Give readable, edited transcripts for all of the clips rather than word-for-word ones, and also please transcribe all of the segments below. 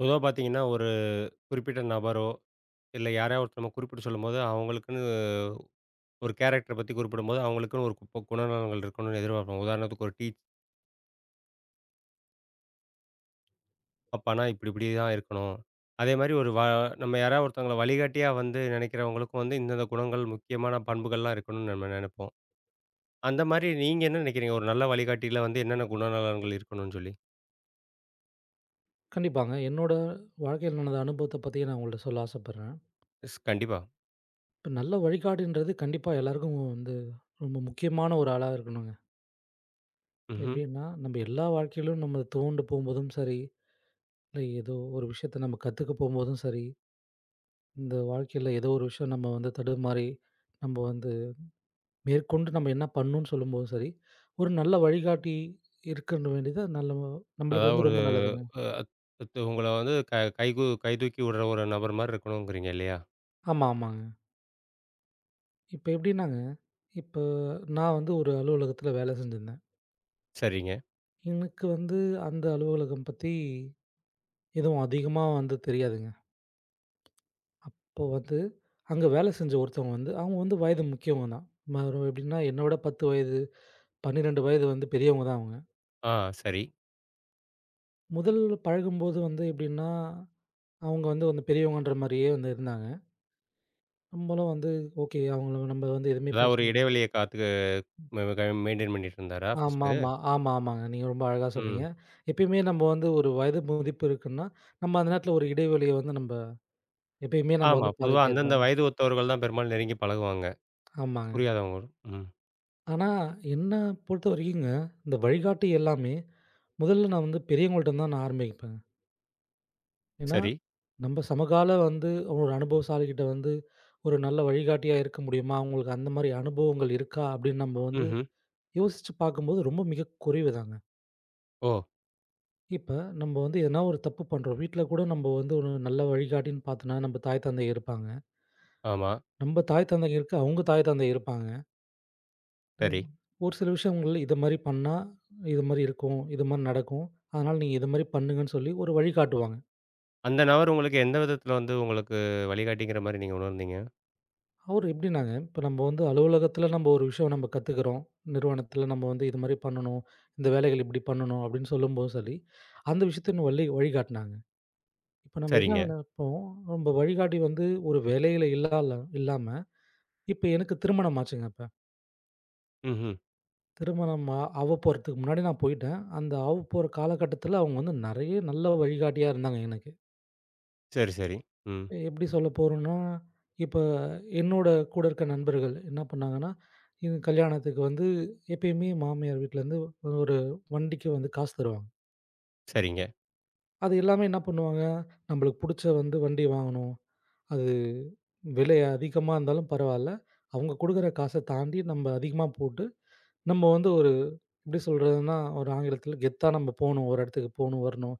பொதுவா பார்த்தீங்கன்னா, ஒரு குறிப்பிட்ட நபரோ, இல்ல யாரையோ ஒருத்தர் நம்ம குறிப்பிட்டு சொல்லும்போது, அவங்களுக்குன்னு ஒரு கேரக்டர பத்தி குறிப்பிடும்போது, அவங்களுக்குன்னு ஒரு குப்ப குணநலன்கள் இருக்கணும்னு எதிர்பார்ப்போம். உதாரணத்துக்கு ஒரு அப்பான்னா இப்படி இப்படி தான் இருக்கணும். அதேமாரி ஒரு வ நம்ம யாராவது ஒருத்தவங்கள வழிகாட்டியா வந்து நினைக்கிறவங்களுக்கும் வந்து இந்தந்த குணங்கள், முக்கியமான பண்புகள்லாம் இருக்கணும்னு நம்ம நெனைப்போம். அந்த மாரி நீங்க என்ன நினைக்கிறீங்க? ஒரு நல்ல வழிகாட்டியில வந்து என்னென்ன குணநலன்கள் இருக்கணும்னு சொல்லி? கண்டிப்பாங்க. என்னோட வாழ்க்கையில நடந்த அனுபவத்த பத்தி நான் உங்கள்ட்ட சொல்ல ஆசைப்படுறேன். கண்டிப்பா. இப்ப நல்ல வழிகாட்டின்றது கண்டிப்பா எல்லாருக்கும் வந்து ரொம்ப முக்கியமான ஒரு ஆளா இருக்கணுங்க. இப்ப ம்ஹ்ம். எப்படின்னா, நம்ம எல்லா வாழ்க்கையிலும் நம்ம துவண்டு போம்போதும் சரி, இல்ல ஏதோ ஒரு விஷயத்த நம்ம கத்துக்க போம்போதும் சரி, இந்த வாழ்க்கையில ஏதோ ஒரு விஷயம் நம்ம வந்து தடுமாறி, நம்ம வந்து மேற்கொண்டு நம்ம என்ன பண்ணணும்னு சொல்லும்போதும் சரி, ஒரு நல்ல வழிகாட்டி இருக்கணும் வேண்டியது நல்ல நம்மளுக்கு அதாவது வந்து ஒரு ரொம்ப நல்லதுங்க. அ த் உங்கள வந்து க கைகு கைதூக்கி விடுற ஒரு நபர் மாரி இருக்கணுங்கிறீங்க இல்லையா? ஆமா, ஆமாங்க. இப்ப எப்படின்னாங்க, இப்ப நான் வந்து ஒரு அலுவலகத்தில வேலை செஞ்சிருந்தேன். சரிங்க. எனக்கு வந்து அந்த அலுவலகம் பத்தி எதுவும் அதிகமா வந்து தெரியாதுங்க. இப்போ வந்து அங்க வேலை செஞ்ச ஒருத்தவங்க வந்து, அவங்க வந்து வயது முக்கியவங்க தான். ம ஒரு எப்படின்னா என்ன விட 10 வயது, 12 வயது வந்து பெரியவங்க தான் அவங்க. ஆ, சரி. முதல்ல பழகும்போது வந்து எப்படின்னா, அவங்க வந்து வந்து பெரியவங்கன்ற மாரியே வந்து இருந்தாங்க. நம்மளும் வந்து ஓகே அவங்கள நம்ம வந்து எதுவுமே அதான் ஒரு பேசக்கூடாது. இடைவெளிய காத்து ம க மெயின்டெயின் பண்ணிட்டு இருந்தாரா ஃபர்ஸ்ட்டு? ஆமாமா, ஆமா, ஆமாங்க. நீங்க ரொம்ப அழகா சொன்னீங்க. ம். எப்பயுமே நம்ம வந்து ஒரு வயது மதிப்பு இருக்குன்னா, நம்ம அந்த நேரத்துல ஒரு இடைவெளிய வந்து நம்ம எப்பயுமே நம்ம ஆமா. வந்து பொதுவா பார்த்துக்கிட்டே அந்தந்த இருப்போம். வயது ஒத்தவர்கள் தான் பெரும்பாலும் நெருங்கி பழகுவாங்க. ஆமாங்க. புரியாதவங்க. ம். ஆனா, என்ன பொறுத்தவரைக்குங்க, இந்த வழிகாட்டி எல்லாமே முதல்ல நான் வந்து பெரியவங்கள்ட்ட தான் நான் ஆரம்பிப்பேன். ஏன்னா, சரி. நம்ம சமகால வந்து ஒரு அனுபவசாலிகிட்ட வந்து ஒரு நல்ல வழிகாட்டியா இருக்க முடியுமா? அவங்களுக்கு அந்த மாரி அனுபவங்கள் இருக்கா? அப்படின்னு நம்ம வந்து ம்ஹ்ம். யோசிச்சு பார்க்கும்போது ரொம்ப மிக குறைவுதாங்க. ஓ! இப்ப நம்ம வந்து எதனா ஒரு தப்பு பண்றோம். வீட்ல கூட நம்ம வந்து ஒரு நல்ல வழிகாட்டின்னு பார்த்தோம்னா, நம்ம தாய் தந்தை இருப்பாங்க. ஆமா. நம்ம தாய் தந்தை இருக்க, அவங்க தாய் தந்தை இருப்பாங்க. இது சரி. ஒரு சில விஷயங்கள்ல இத மாரி பண்ணா, இது மாரி இருக்கும். இது மாரி நடக்கும். அதனால நீங்க இது மாரி பண்ணுங்கன்னு சொல்லி ஒரு வழிகாட்டுவாங்க. அந்த நபர் உங்களுக்கு எந்த விதத்தில வந்து உங்களுக்கு வழிகாட்டிங்கிற மாரி நீங்க உணர்ந்தீங்க? அவரு எப்படின்னாங்க, இப்ப நம்ம வந்து அலுவலகத்துல நம்ம ஒரு விஷயம் நம்ம கத்துக்கிறோம். நிறுவனத்துல நம்ம வந்து இது மாரி பண்ணணும். இந்த வேலைகள் இப்படி பண்ணணும் அப்படின்னு சொல்லும்போது சொல்லி, அந்த விஷயத்த இன்னும் வழிகாட்டுனாங்க. இப்ப நம்ம என்ன சரிங்க. நினைப்போம், நம்ம வழிகாட்டி வந்து ஒரு வேலையில இல்லாம, இப்ப எனக்கு திருமணம் ஆச்சுங்க இப்ப. ம்ஹ்ம். திருமணம் ஆவப்போறதுக்கு முன்னாடி நான் போயிட்டேன். அந்த ஆவப்போற காலகட்டத்துல அவங்க வந்து நெறைய நல்ல வழிகாட்டியா இருந்தாங்க எனக்கு. சரி, சரி. ம். எப்படி சொல்ல போறோம்ன்னா, இப்ப என்னோட கூட இருக்க நண்பர்கள் என்ன பண்ணாங்கன்னா, இது கல்யாணத்துக்கு வந்து எப்பயுமே மாமியார் வீட்லருந்து ஒரு வண்டிக்கு வந்து காசு தருவாங்க. சரிங்க. அது எல்லாமே என்ன பண்ணுவாங்க, நம்மளுக்கு புடிச்ச வந்து வண்டி வாங்கணும். அது விலை அதிகமா இருந்தாலும் பரவால்ல. அவங்க குடுக்குற காச தாண்டி நம்ம அதிகமா போட்டு, நம்ம வந்து ஒரு எப்படி சொல்றதுன்னா, ஒரு ஆங்கிலத்தில கெத்தா நம்ம போணும். ஒரு இடத்துக்கு போணும், வரணும்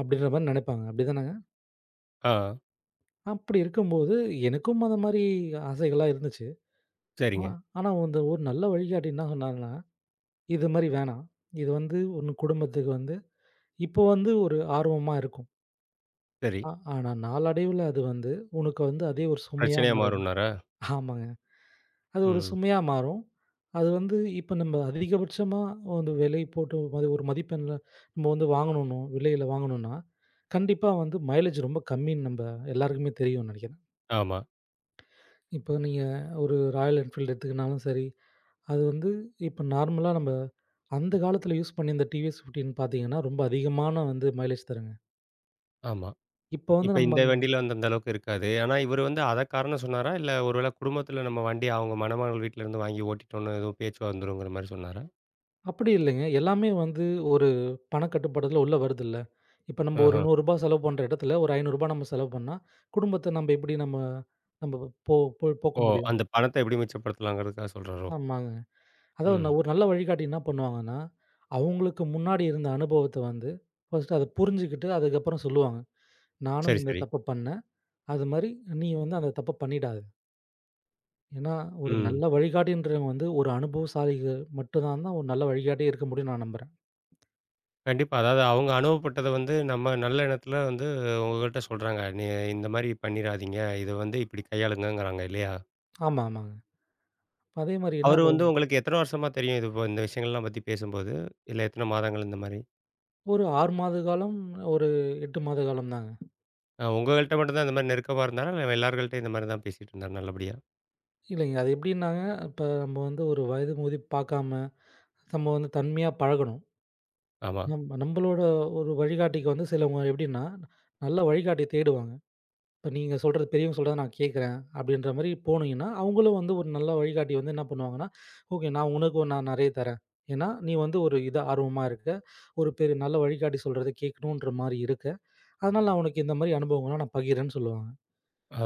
அப்படின்ற மாரி நெனைப்பாங்க. அப்படிதானங்க? ஆ. அப்படி இருக்கும்போது எனக்கும் அந்த மாரி ஆசைகள்லாம் இருந்துச்சு. ஆனா சரிங்க. ஆனா வந்து ஒரு நல்ல வழிகாட்டி என்ன சொன்னாருன்னா, "இது மாரி வேணாம். இது வந்து உன் குடும்பத்துக்கு வந்து இப்போ வந்து ஒரு ஆர்வமா இருக்கும். சரி. ஆனா நாளடைவுல அது வந்து உனக்கு வந்து அதே ஒரு சுமையா பிரச்சனையா மாறிடும்." மாறும்னாரா? ஆமாங்க. அது ஒரு ம். சுமையா மாறும். அது வந்து இப்ப நம்ம அதிகபட்சமா வந்து விலை போட்டு ஒரு மதிப்பெண்ல நம்ம வந்து வாங்கணும்னு விலையில வாங்கணும்னா, கண்டிப்பா வந்து மைலேஜ் ரொம்ப கம்மின்னு நம்ப எல்லாருக்குமே தெரியும்னு நெனைக்கிறேன். ஆமா, இப்போ நீங்க ஒரு ராயல் என்ஃபீல்டு எடுத்துக்கினாலும் சரி, அது வந்து இப்போ நார்மலா நம்ம அந்த காலத்தில யூஸ் பண்ணி இந்த டிவிஎஸ் 15 பார்த்தீங்கன்னா, ரொம்ப அதிகமான வந்து மைலேஜ் தருங்க. ஆமா. இப்போ வந்து இப்ப இந்த நம்ம வண்டியில வந்து அந்த அளவுக்கு இருக்காது. ஆனா இவரு வந்து அத காரணம் சொன்னாரா? இல்ல ஒருவேள குடும்பத்தில நம்ம வண்டிய அவங்க மணமகள் வீட்லருந்து வாங்கி ஓட்டிட்டோம்னு எதுவும் பேச்சு வந்துருங்கிற மாரி சொன்னாரா? அப்படி இல்லைங்க. எல்லாமே வந்து ஒரு பணக்கட்டுப்பாடுல உள்ள வருதுல்ல. இப்போ நம்ம ஒரு ரூ. ஆஹா. 100 செலவு பண்ற இடத்துல ஒரு ரூ. 500 நம்ம செலவு பண்ணா, குடும்பத்த நம்ம எப்படி நம்ம நம்ம போ போ போக்க ஓ! முடியும்? அந்த பணத்த எப்படி மிச்சப்படுத்தலாங்கிறதுக்காக சொல்றாரோ? ஆமாங்க. அதாவது ம். ஒரு நல்ல வழிகாட்டி என்ன பண்ணுவாங்கன்னா, அவங்களுக்கு முன்னாடி இருந்த அனுபவத்த வந்து ஃபர்ஸ்ட்டு அத புரிஞ்சுக்கிட்டு அதுக்கப்புறம் சொல்லுவாங்க. நானும் சரி, இந்த சரி. தப்ப பண்ணேன். அது மாரி நீ வந்து அந்த தப்ப பண்ணிடாத. ஏன்னா, ஒரு ம். நல்ல வழிகாட்டின்றவங்க வந்து ஒரு அனுபவசாலிகள் மட்டும் தான் தான் ஒரு நல்ல வழிகாட்டியே இருக்க முடியும்னு நான் நம்புறேன். கண்டிப்பா. அதாவது அவங்க அனுபவப்பட்டத வந்து நம்ம நல்ல எண்ணத்துல வந்து உங்ககிட்ட சொல்றாங்க. நீ இந்த மாரி பண்ணிராதீங்க. இத வந்து இப்படி கையாளுங்கங்கிறாங்க இல்லையா? ஆமா, ஆமாங்க. அதே மாரி என்ன அவரு ப வந்து உங்களுக்கு எத்தன வருஷமா தெரியும் இது போ இந்த விஷயங்கள்லாம் பத்தி பேசும்போது? இல்ல எத்தன மாதங்கள் இந்த மாரி? ஒரு 6 மாத காலம், ஒரு 8 மாத காலம் தாங்க. உங்கள்ட்ட மட்டும் தான் இந்த மாரி நெருக்கமா இருந்தாரா? இல்ல எல்லார்கள்ட்டயும் இந்த மாரி தான் பேசிட்டு இருந்தாரா நல்லபடியா? இல்லைங்க. அது எப்படின்னாங்க, இப்ப நம்ம வந்து ஒரு வயது முதிப்பு பார்க்காம, நம்ம வந்து தன்மையா பழகணும். ஆமா. நம்பளோட ஒரு வழிகாட்டிக்கு வந்து சிலவங்க எப்படின்னா, நல்ல வழிகாட்டிய தேடுவாங்க. இப்ப நீங்க சொல்றது பெரியவங்க சொல்றத நான் கேட்குறேன், அப்படின்ற மாரி போனீங்கன்னா, அவங்களும் வந்து ஒரு நல்ல வழிகாட்டி வந்து என்ன பண்ணுவாங்கன்னா, "ஓகே நான் உனக்கு ஒரு நான் நெறைய தரேன். ஏன்னா, நீ வந்து ஒரு இது ஆர்வமா இருக்க. ஒரு பெரிய நல்ல வழிகாட்டி சொல்றத கேட்கணுன்ற மாரி இருக்க. அதனால நான் உனக்கு இந்த மாரி அனுபவங்கள்லாம் நான் பகிர்றேன்னு" சொல்லுவாங்க.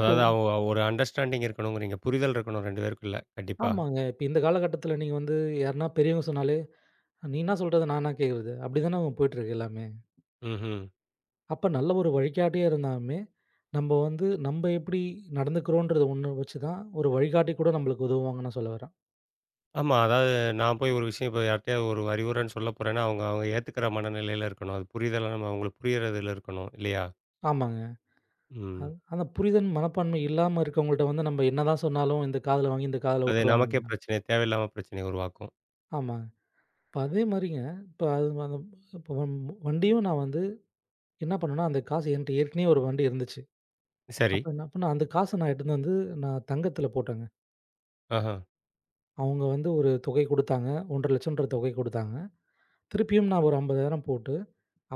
இப்போ ஒரு அண்டர்ஸ்டாண்டிங் இருக்கணுங்கிறீங்க. புரிதல் இருக்கணும் 2 பேருக்குள்ள. கண்டிப்பா. ஆமாங்க. இப்ப இந்த காலகட்டத்தில நீங்க வந்து யாருன்னா பெரியவங்க சொன்னாலே, "நீ என்ன சொல்றத நான் என்ன கேட்கறது?" அப்படிதானே போயிட்டுருக்கு எல்லாமே. ம்ஹ்ம். அப்ப நல்ல ஒரு வழிகாட்டியா இருந்தாலுமே, நம்ம வந்து நம்ப எப்படி நடந்துக்கிறோன்றத ஒண்ணு வச்சு தான் ஒரு வழிகாட்டி கூட நம்மளுக்கு உதவுவாங்கன்னு நான் சொல்ல வரேன். ஆமா. அதாவது நான் போய் ஒரு விஷயம் இப்ப யார்ட்டயாவது ஒரு அறிவுரைன்னு சொல்ல போறேன்னா, அவங்க அவங்க ஏத்துக்கிற மனநிலையில இருக்கணும். அது புரிதலா நம்ம அவங்களுக்கு புரியறதுல இருக்கணும், இல்லையா? ஆமாங்க. ம். அது அந்த புரிதல் மனப்பான்மை இல்லாம இருக்கவங்கள்ட்ட வந்து நம்ம என்னதான் சொன்னாலும், இந்த காதுல வாங்கி இந்த காதுல அது நமக்கே விட்டுருவாங்கங்க. பிரச்சனை. தேவையில்லாம பிரச்சனைய உருவாக்கும். ஆமாங்க. இப்ப அதே மாரிங்க, இப்ப அது அந்த இப்ப வண்டியும் நான் வந்து என்ன பண்ணேன்னா, அந்த காசு என்ட்ட ஏற்கனவே ஒரு வண்டி இருந்துச்சு. சரி. அப்ப என்ன பண்ணேன், அந்த காச நான் எடுத்துட்டு வந்து நான் தங்கத்துல போட்டேங்க. ஆஹா. அவங்க வந்து ஒரு தொகை குடுத்தாங்க. 1,50,000ன்ற தொகை குடுத்தாங்க. திருப்பியும் நான் ஒரு 50,000 போட்டு,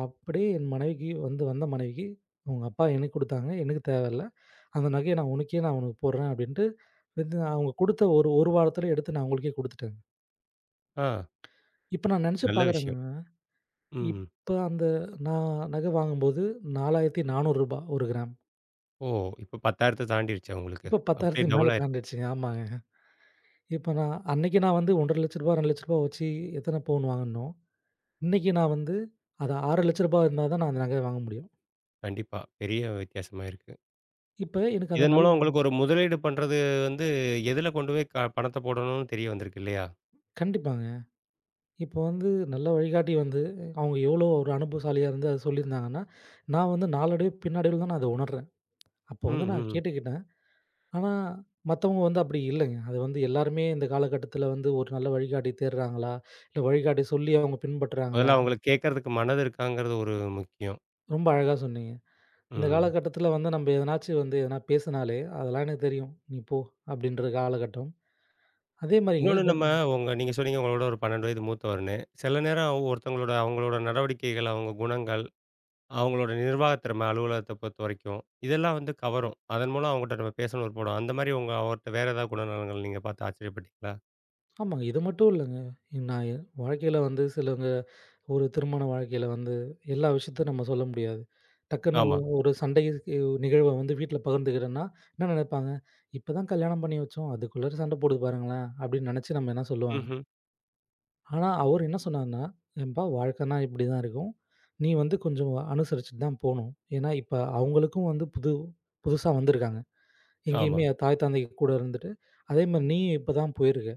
அப்படியே என் மனைவிக்கு வந்து வந்த மனைவிக்கு, "உங்க அப்பா எனக்கு குடுத்தாங்க. எனக்கு தேவையில்ல. அந்த நகைய நான் உனக்கு போடுறேன்" அப்படின்ட்டு, வந்து அவங்க குடுத்த ஒரு 1 வாரத்தில எடுத்து நான் அவங்களுக்கே குடுத்துட்டேங்க. ஆ. இப்ப நான் நெனச்சு நல்ல பார்க்குறேங்க. விஷயம். ம். இப்ப அந்த நான் நகை வாங்கும்போது ரூ. 4,400 ஒரு கிராம். ஓ! இப்ப 10,000த்த தாண்டிருச்சா உங்களுக்கு? இப்ப அப்படியே 10,000க்கு மேல டபுள் ஆயிருக்கு. தாண்டிடுச்சுங்க. ஆமாங்க. இப்ப நான் அன்னைக்கு நான் வந்து ரூ. 1,50,000 ரூ. 2,00,000 வச்சு எத்தனை பவுன் வாங்கனனோ, இன்னைக்கு நான் வந்து அது ரூ. 6,00,000 இருந்தா தான் நான் அந்த நகைய வாங்க முடியும். கண்டிப்பா. பெரிய வித்தியாசமாயிருக்கு. இப்ப எனக்கு அந்த இதன் நல் மூலம் உங்களுக்கு ஒரு முதலீடு பண்றது வந்து எதுல கொண்டு போய் பணத்த போடணும்னு தெரிய வந்திருக்கு இல்லையா? கண்டிப்பாங்க. இப்போ வந்து நல்ல வழிகாட்டி வந்து அவங்க எவ்வளோ ஒரு அனுபவசாலியா இருந்து அத சொல்லியிருந்தாங்கன்னா, நான் வந்து நாளடைவு பின்னாடைவுல தான் நான் அத உணர்றேன். அப்போ ம், வந்து நான் ம். கேட்டுக்கிட்டேன். ஆனா, மத்தவங்க வந்து அப்படி இல்லைங்க. அது வந்து எல்லாருமே இந்த காலகட்டத்தில வந்து ஒரு நல்ல வழிகாட்டி தேடுறாங்களா? இல்ல வழிகாட்டி சொல்லி அவங்க முதல்ல பின்பற்றுறாங்களா? அவங்களுக்கு கேட்கறதுக்கு மனது இருக்காங்கிறது ஒரு முக்கியம். ரொம்ப அழகா சொன்னீங்க. இந்த ம். காலகட்டத்தில வந்து நம்ம எதனாச்சும் வந்து எதனா பேசினாலே, அதெல்லாம் எனக்கு தெரியும். நீ போ! அப்படின்ற காலகட்டம். அதே மாரிங்க இன்னொன்னு இத நம்ம நீங்க சொன்னீங்க உங்களோட ஒரு 12 வயது மூத்தவர்ன்னு. சில நேரம் ஒருத்தவங்களோட அவங்களோட நடவடிக்கைகள், அவங்க குணங்கள், அவங்களோட நிர்வாகத் திறமை அலுவலகத்த பொறுத்தவரைக்கும், இதெல்லாம் வந்து கவரும். அதன் மூலம் அவங்கட்ட நம்ம பேசணும்னு விருப்பப்படும். அந்த மாரி உங்க அவர்ட்ட வேற ஏதாவது குணநலங்கள் நீங்க பார்த்து ஆச்சரியப்பட்டீங்களா? ஆமாங்க. இது மட்டும் இல்லங்க. நான் என் வாழ்க்கையில வந்து சிலவங்க ஒரு திருமண வாழ்க்கையில வந்து எல்லா விஷயத்தையும் நம்ம சொல்ல முடியாது. டக்குன்னு ஆமா. ஒரு சண்டை நிகழ்வ வந்து வீட்ல பகிர்ந்துக்கிறேன்னா, என்ன நினைப்பாங்க? "இப்பதான் கல்யாணம் பண்ணி வச்சோம். அதுக்குள்ளாற சண்டை போடுது பாருங்களேன்" அப்படின்னு நினைச்சு நம்ம என்ன சொல்லுவாங்க. ம்ஹ்ம். ஆனா அவரு என்ன சொன்னாருன்னா, "ஏம்பா வாழ்க்கைன்னா இப்படிதான் இருக்கும். நீ வந்து கொஞ்சம் அனுசரிச்சுட்டு தான் போணும். ஏன்னா இப்ப அவங்களுக்கும் வந்து புதுசா வந்திருக்காங்க. ஆமா. எங்கேயுமே தாய் தந்தை கூட இருந்துட்டு, அதே மாரி நீயும் இப்பதான் போயிருக்க.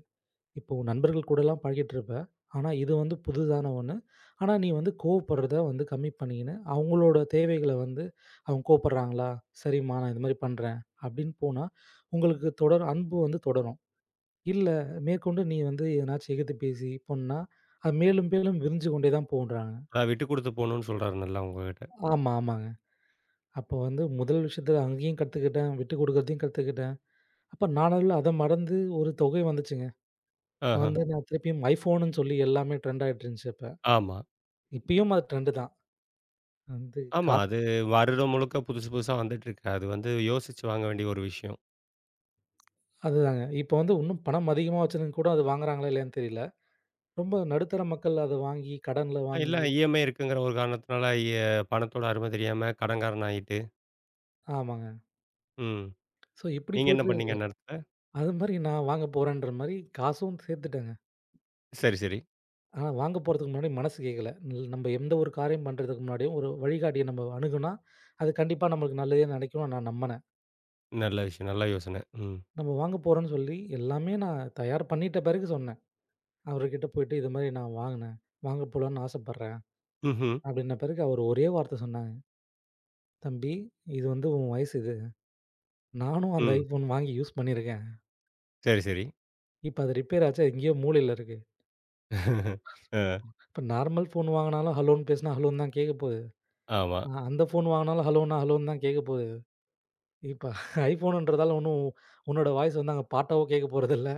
இப்போ நண்பர்கள் கூடலாம் பழகிட்டு இருப்பேன். ஆனா, இது வந்து புதுதான ஒண்ணு. ஆனா, நீ வந்து கோவப்படுறத வந்து கம்மி பண்ணிக்கின்னு, அவங்களோட தேவைகள வந்து அவங்க கோவப்படுறாங்களா? சரிம்மா நான் இது மாரி பண்றேன். அப்படின்னு போனா, உங்களுக்கு தொடர் அன்பு வந்து தொடரும். இல்ல மேற்கொண்டு நீ வந்து எதனாச்சும் எதிர்த்து பேசி பண்ணா, அது மேலும் மேலும் விரிஞ்சு கொண்டே தான் போகுன்றாங்க. அதான் விட்டு குடுத்து போணும்னு சொல்றாரு நல்லா உங்ககிட்ட. ஆமா, ஆமாங்க. அப்போ வந்து முதல் விஷயத்துல அங்கேயும் கத்துக்கிட்டேன். விட்டு குடுக்குறதையும் கத்துக்கிட்டேன். அப்ப நாளடைவுல அத மறந்து ஒரு தொகை வந்துச்சுங்க. ஆஹ. வந்து நான் திருப்பியும் iPhoneன்னு சொல்லி எல்லாமே ட்ரெண்ட் ஆயிட்டு இருந்துச்சு அப்ப. ஆமா, இப்பயும் அது ட்ரெண்ட் தான். வந்து ஆமா. கா அது வருடம் முழுக்க புதுசு, புதுசா வந்துட்டுருக்கு. அது வந்து யோசிச்சு வாங்க வேண்டிய ஒரு விஷயம். அதுதாங்க. இப்ப வந்து இன்னும் பணம் அதிகமா வச்சிருந்தவங்க கூட அது வாங்குறாங்களா இல்லையான்னு தெரியல. ரொம்ப நடுத்தர மக்கள் அத வாங்கி, கடன்ல வாங்கி இல்ல இஎம்ஐ இருக்குங்கிற ஒரு காரணத்தினால எ பணத்தோட அருமை தெரியாம கடன்காரன் ஆயிட்டு, ஆமாங்க. ம். ஸோ இப்படி நீங்க என்ன போயிட்டு பண்ணீங்க அந்நேரத்துல? அது மாரி நான் வாங்க போறேன்ற மாரி காசும் சேர்த்துட்டேங்க. சரி, சரி. ஆனா வாங்க போறதுக்கு முன்னாடி மனசு கேட்கல. ல் நம்ம எந்த ஒரு காரியம் பண்றதுக்கு முன்னாடியும் ஒரு வழிகாட்டிய நம்ம அணுகுனா, அது கண்டிப்பா நம்மளுக்கு நல்லதே நினைக்கும்னு நான் நம்பினேன். நல்ல விஷயம். நல்ல யோசனை. ம். நம்ம வாங்க போறோம்ன்னு சொல்லி எல்லாமே நான் தயார் பண்ணிட்ட பிறகு சொன்னேன். அவர்கிட்ட போயிட்டு இது மாரி நான் வாங்கினேன். வாங்க போலான்னு ஆசைப்படுறேன். ம்ஹ்ம். அப்படின்ன பிறகு அவர் ஒரே வார்த்தை சொன்னாங்க. தம்பி, இது வந்து உன் வயசு இது. நானும் அந்த ம். ஐஃபோன் வாங்கி யூஸ் பண்ணியிருக்கேன். சரி, சரி. இப்ப அது ரிப்பேர் ஆச்சு. அது எங்கேயோ மூலையில இருக்கு. அ இப்ப நார்மல் ஃபோன் வாங்குனாலும் ஹலோன்னு பேசினா ஹலோன்னு தான் கேட்கப்போது. ஆமா. அந்த ஃபோன் வாங்குனாலும் ஹலோன்னா ஹலோன்னு தான் கேட்கப்போது. இப்ப ஐஃபோனுன்றதால ஒண்ணும் உன்னோட வாய்ஸ் வந்து அங்க பாட்டாவோ கேட்க போறதில்ல.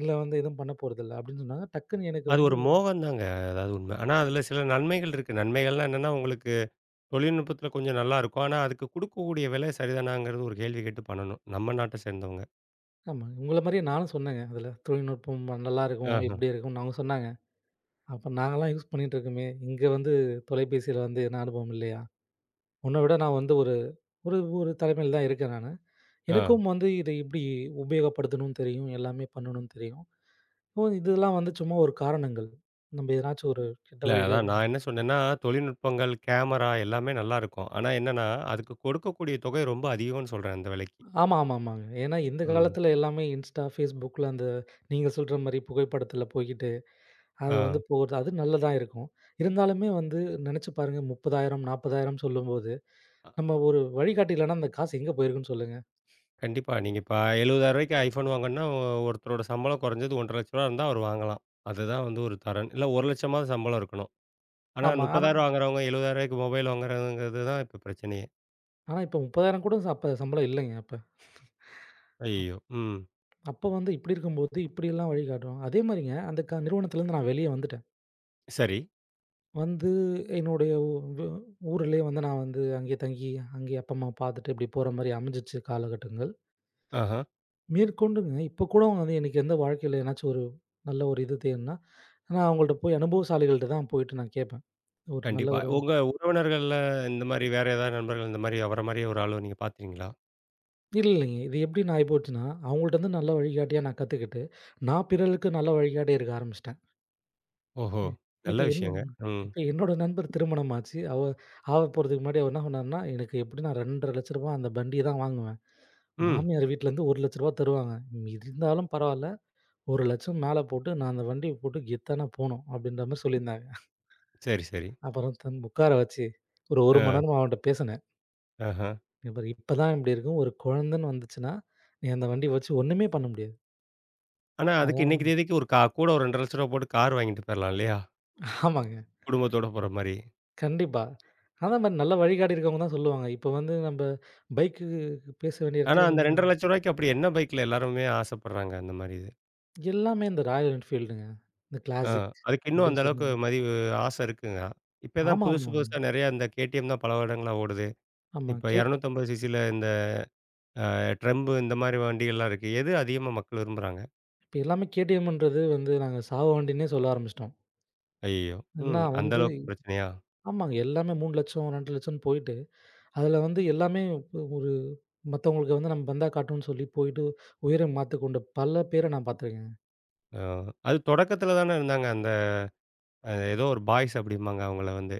இல்ல வந்து எதுவும் பண்ண போறதில்ல அப்டின்னு சொன்னாங்க. டக்குன்னு எனக்கு அது வந்து ஒரு மோகம் தாங்க. அதாவது உண்மை. ஆனா அதில சில நன்மைகள் இருக்கு. நன்மைகள்லாம் என்னன்னா, உங்களுக்கு தொழில்நுட்பத்தில கொஞ்சம் நல்லா இருக்கும். ஆனா அதுக்கு குடுக்கக்கூடிய விலை சரிதானாங்கிறது ஒரு கேள்வி கேட்டு பண்ணணும். நம்ம நாட்ட சேர்ந்தவங்க. ஆமா உங்கள மாரியே நானும் சொன்னேங்க அதுல. தொழில்நுட்பம் நல்லாருக்கும், ஆஹ. இப்டி இருக்கும்னு அவங்க சொன்னாங்க. அப்ப நாங்கலாம் யூஸ் பண்ணிட்டு இருக்கோமே, இங்க வந்து தொலைபேசியில வந்து என்ன அனுபவம் இல்லையா? உன்ன விட நான் வந்து ஒரு ஒரு ஒரு தலைமையில தான் இருக்கேன் நானு. ஆ. எனக்கும் வந்து இதை எப்படி உபயோகப்படுத்தணும்னு தெரியும். எல்லாமே பண்ணணும்னு தெரியும். ஓ! இதெல்லாம் வந்து சும்மா ஒரு காரணங்கள். நம்ம எதனாச்சும் ஒரு கெட்ட இல்ல வழியில அதான் நான் என்ன சொன்னேன்னா, தொழில்நுட்பங்கள், கேமரா எல்லாமே நல்லா இருக்கும். ஆனா என்னன்னா, அதுக்கு கொடுக்கக்கூடிய தொகை ரொம்ப அதிகம்னு சொல்றேன் அந்த விலைக்கு. ஆமா, ஆமா, ஆமாங்க. ஏன்னா இந்த ம். காலத்தில எல்லாமே Insta, Facebookல அந்த நீங்க சொல்ற மாரி புகைப்படத்தில போய்க்கிட்டு, அது ஆ. வந்து போறது அது நல்லதா இருக்கும். இருந்தாலுமே வந்து நெனச்சு பாருங்க 30,000 40,000 சொல்லும்போது, அ நம்ம ஒரு வழிகாட்டி இல்லன்னா அந்த காசு எங்க போயிருக்குன்னு சொல்லுங்க. கண்டிப்பா. நீங்க இப்ப ரூ. 70,000க்கு ஐஃபோன் வாங்கணும்னா, ஒருத்தரோட சம்பளம் குறைஞ்சது ரூ. 1,50,000 இருந்தா அவர் வாங்கலாம். அதுதான் வந்து ஒரு தரன். இல்ல 1,00,000மாவது சம்பளம் இருக்கணும். ஆனா ரூ. ஆமா. ஆனா 30,000 வாங்குறவங்க ரூ. 70,000க்கு மொபைல் வாங்குறாங்கங்கிறது தான் இப்ப பிரச்சனையே. ஆனா இப்ப 30,000 கூட அப்ப சம்பளம் இல்லைங்க அப்ப. ஐயய்யோ! ம். அப்ப வந்து இப்படி இருக்கும்போது இப்படியெல்லாம் வழிகாட்டுவாங்க. அதே மாரிங்க அந்த நிறுவனத்திலருந்து நான் வெளிய வந்துட்டேன். சரி. வந்து என்னுடைய ஊ வு ஊரிலேயே வந்து நான் வந்து அங்கேயே தங்கி, அங்கேயே அப்பா, அம்மாவ பார்த்துட்டு இப்படி போற மாரி அமைஞ்சிச்சு காலகட்டங்கள். ஆஹா. மேற்கொண்டுங்க இப்ப கூட அவங்க வந்து எனக்கு எந்த வாழ்க்கையில ஏதனாச்சும் ஒரு நல்ல ஒரு இது தேவைன்னா, நான் அவங்கள்ட்ட போய் அனுபவசாலிகள்ட்ட தான் போயிட்டு நான் கேட்பேன். ஒரு நல்ல கண்டிப்பா. ஒரு உங்க உறவினர்கள்ல இந்த மாரி வேற ஏதாவது நண்பர்கள் இந்த மாரி அவர மாரியே ஒரு ஆளு நீங்க பார்த்தீங்களா? இல்ல இல்லைங்க. இது எப்படின்னு ஆயிப்போச்சுன்னா, அவங்கள்ட்ட இருந்து நல்ல வழிகாட்டியா நான் கத்துக்கிட்டு, நான் பிறருக்கு நல்ல வழிகாட்டியா இருக்க ஆரம்பிச்சுட்டேன். ஓஹோ! இ நல்ல இப்ப என்ன விஷயங்க. ம். இப்ப என்னோட நண்பர் திருமணம் ஆச்சு. ஆக போறதுக்கு முன்னாடி அவர் என்ன சொன்னாருன்னா, "எனக்கு எப்படியும் நான் ரூ. 2,50,000 அந்த வண்டிய தான் வாங்குவேன்." ம். மாமியார் வீட்லருந்து ரூ. 1,00,000 தருவாங்க. ம், இருந்தாலும் பரவால்ல, 1,00,000 மேல போட்டு நான் அந்த வண்டிய போட்டு கெத்தானா போணும், அப்படின்ற மாரி சொல்லியிருந்தாங்க. சரி, சரி. அப்புறம் தன் உட்கார வச்சு, ஒரு 1 மணி ஆ, நேரமா அவன்ட்ட பேசினேன். ஆஹா. இங்க பாரு இப்பதான் இப்படி இருக்கும். ஒரு குழந்தன்னு வந்துச்சுன்னா, நீ அந்த வண்டிய வச்சு ஒண்ணுமே பண்ண முடியாது. ஆனா, அதுக்கு இன்னைக்கு அதான் தேதிக்கு ஒரு கூட ஒரு ரூ. 2,00,000 போட்டு கார் வாங்கிட்டு போயிரலாம் இல்லையா? ஆமாங்க. குடும்பத்தோட போற மாரி. கண்டிப்பா. அதே மாரி நல்லா வழிகாட்டி இருக்கவங்க தான் சொல்லுவாங்க. இப்ப வந்து நம்ப பைக்கு பேச வேண்டிய ஆனா, இடத்துல அந்த நம்ம ரூ. 2,50,000 அப்படி என்ன பைக்ல எல்லாருமே ஆசைப்படுறாங்க அந்த மாரி இது. எல்லாமே இந்த ராயல் என்ஃபீல்டுங்க. இந்த ஆ, கிளாசிக் அதுக்கு இன்னும் அந்த அப்படின்னு சொல்லி அளவுக்கு மதிவு ஆசை இருக்குங்க. இப்ப தான் ஆமா, புதுசு ஆமாங்க. புதுசா நெறைய இந்த KTM தான் பல வருடங்களா ஓடுது. ஆமா. இப்ப 250 சிசில இந்த அ ட்ரெம்பு இந்த மாரி வண்டிகள்லாம் இருக்கு. எது அதிகமா மக்கள் விரும்புறாங்க? இப்ப எல்லாமே கேடிஎம்ன்றது வந்து நாங்க சாவு வண்டின்னே சொல்ல ஆரம்பிச்சுட்டோம். ஐயய்யோ! ம். ஏன்னா அந்த வந்து அளவுக்கு பிரச்சனையா? ஆமாங்க. எல்லாமே 3,00,000 2,00,000 போயிட்டு, அதில வந்து எல்லாமே ஒரு மத்தவங்களுக்கு வந்து நம்ம பந்தா காட்டணும்னு சொல்லி போயிட்டு உயிர மாத்துக்கொண்ட பல பேர நான் பார்த்துருக்கேங்க. ஆ, அது தொடக்கத்துல தானே இருந்தாங்க. அந்த ஏதோ ஒரு பாய்ஸ் அப்படிம்பாங்க அவங்கள வந்து.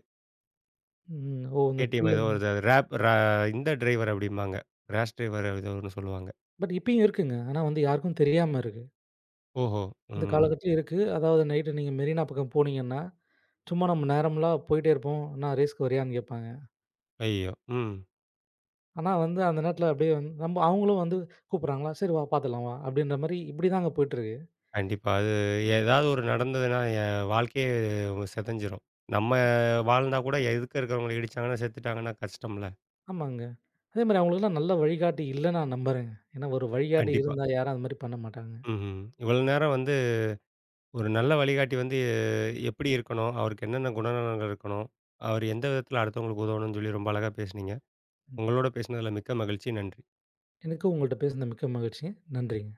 ம். ஓ! இந்த கேடிஎம் ஏதோ புள்ளைங்க ஒரு ராப் ரா இந்த டிரைவர் அப்படிம்பாங்க. ரேஷ் டிரைவர் ஏதோ ஒண்ணு சொல்லுவாங்க. பட் இப்பயும் இருக்குங்க. ஆனா வந்து யாருக்கும் தெரியாம இருக்கு. ஓஹோ! இந்த ம். காலகட்டத்திலயும் இருக்கு. அதாவது நைட்டு நீங்க மெரினா பக்கம் போனீங்கன்னா, சும்மா நம்ம நேரம்லாம் போயிட்டே இருப்போம். "அண்ணா ரேஸ்க்கு வரியான்னு?" கேட்பாங்க. ஐயய்யோ! ம். ஆனா வந்து அந்த நேரத்தில அப்படியே வந்து நம்ம அவங்களும் வந்து கூப்பிடுறாங்களா? "சரி வா பார்த்துடலாம் வா" அப்படின்ற மாரி இப்படி தாங்க போயிட்டுருக்கு. கண்டிப்பா. அது ஏதாவது ஒரு நடந்ததுன்னா, என் வாழ்க்கையே சிதஞ்சிரும். நம்ம வாழ்ந்தா கூட எதுக்க இருக்கிறவங்கள இடிச்சாங்கன்னா, செத்துட்டாங்கன்னா கஷ்டம்ல. ஆமாங்க. அதே மாரி அவங்களுக்கெல்லாம் நல்ல வழிகாட்டி இல்ல நான் நம்புறேங்க. ஏன்னா ஒரு வழிகாட்டி கண்டிப்பா. இருந்தா யாரும் அது மாரி பண்ண மாட்டாங்க. ம்ஹ்ம். இவ்வளவு நேரம் வந்து ஒரு நல்ல வழிகாட்டி வந்து எப்படி இருக்கணும்? அவருக்கு என்னென்ன குணநலன்கள் இருக்கணும்? அவர் எந்த விதத்தில அடுத்தவங்களுக்கு உதவணும்னு சொல்லி ரொம்ப அழகா பேசுனீங்க. ம். உங்களோட பேசினதில மிக்க மகிழ்ச்சி. நன்றி. எனக்கும் உங்கள்ட்ட பேசினது மிக்க மகிழ்ச்சி. நன்றிங்க.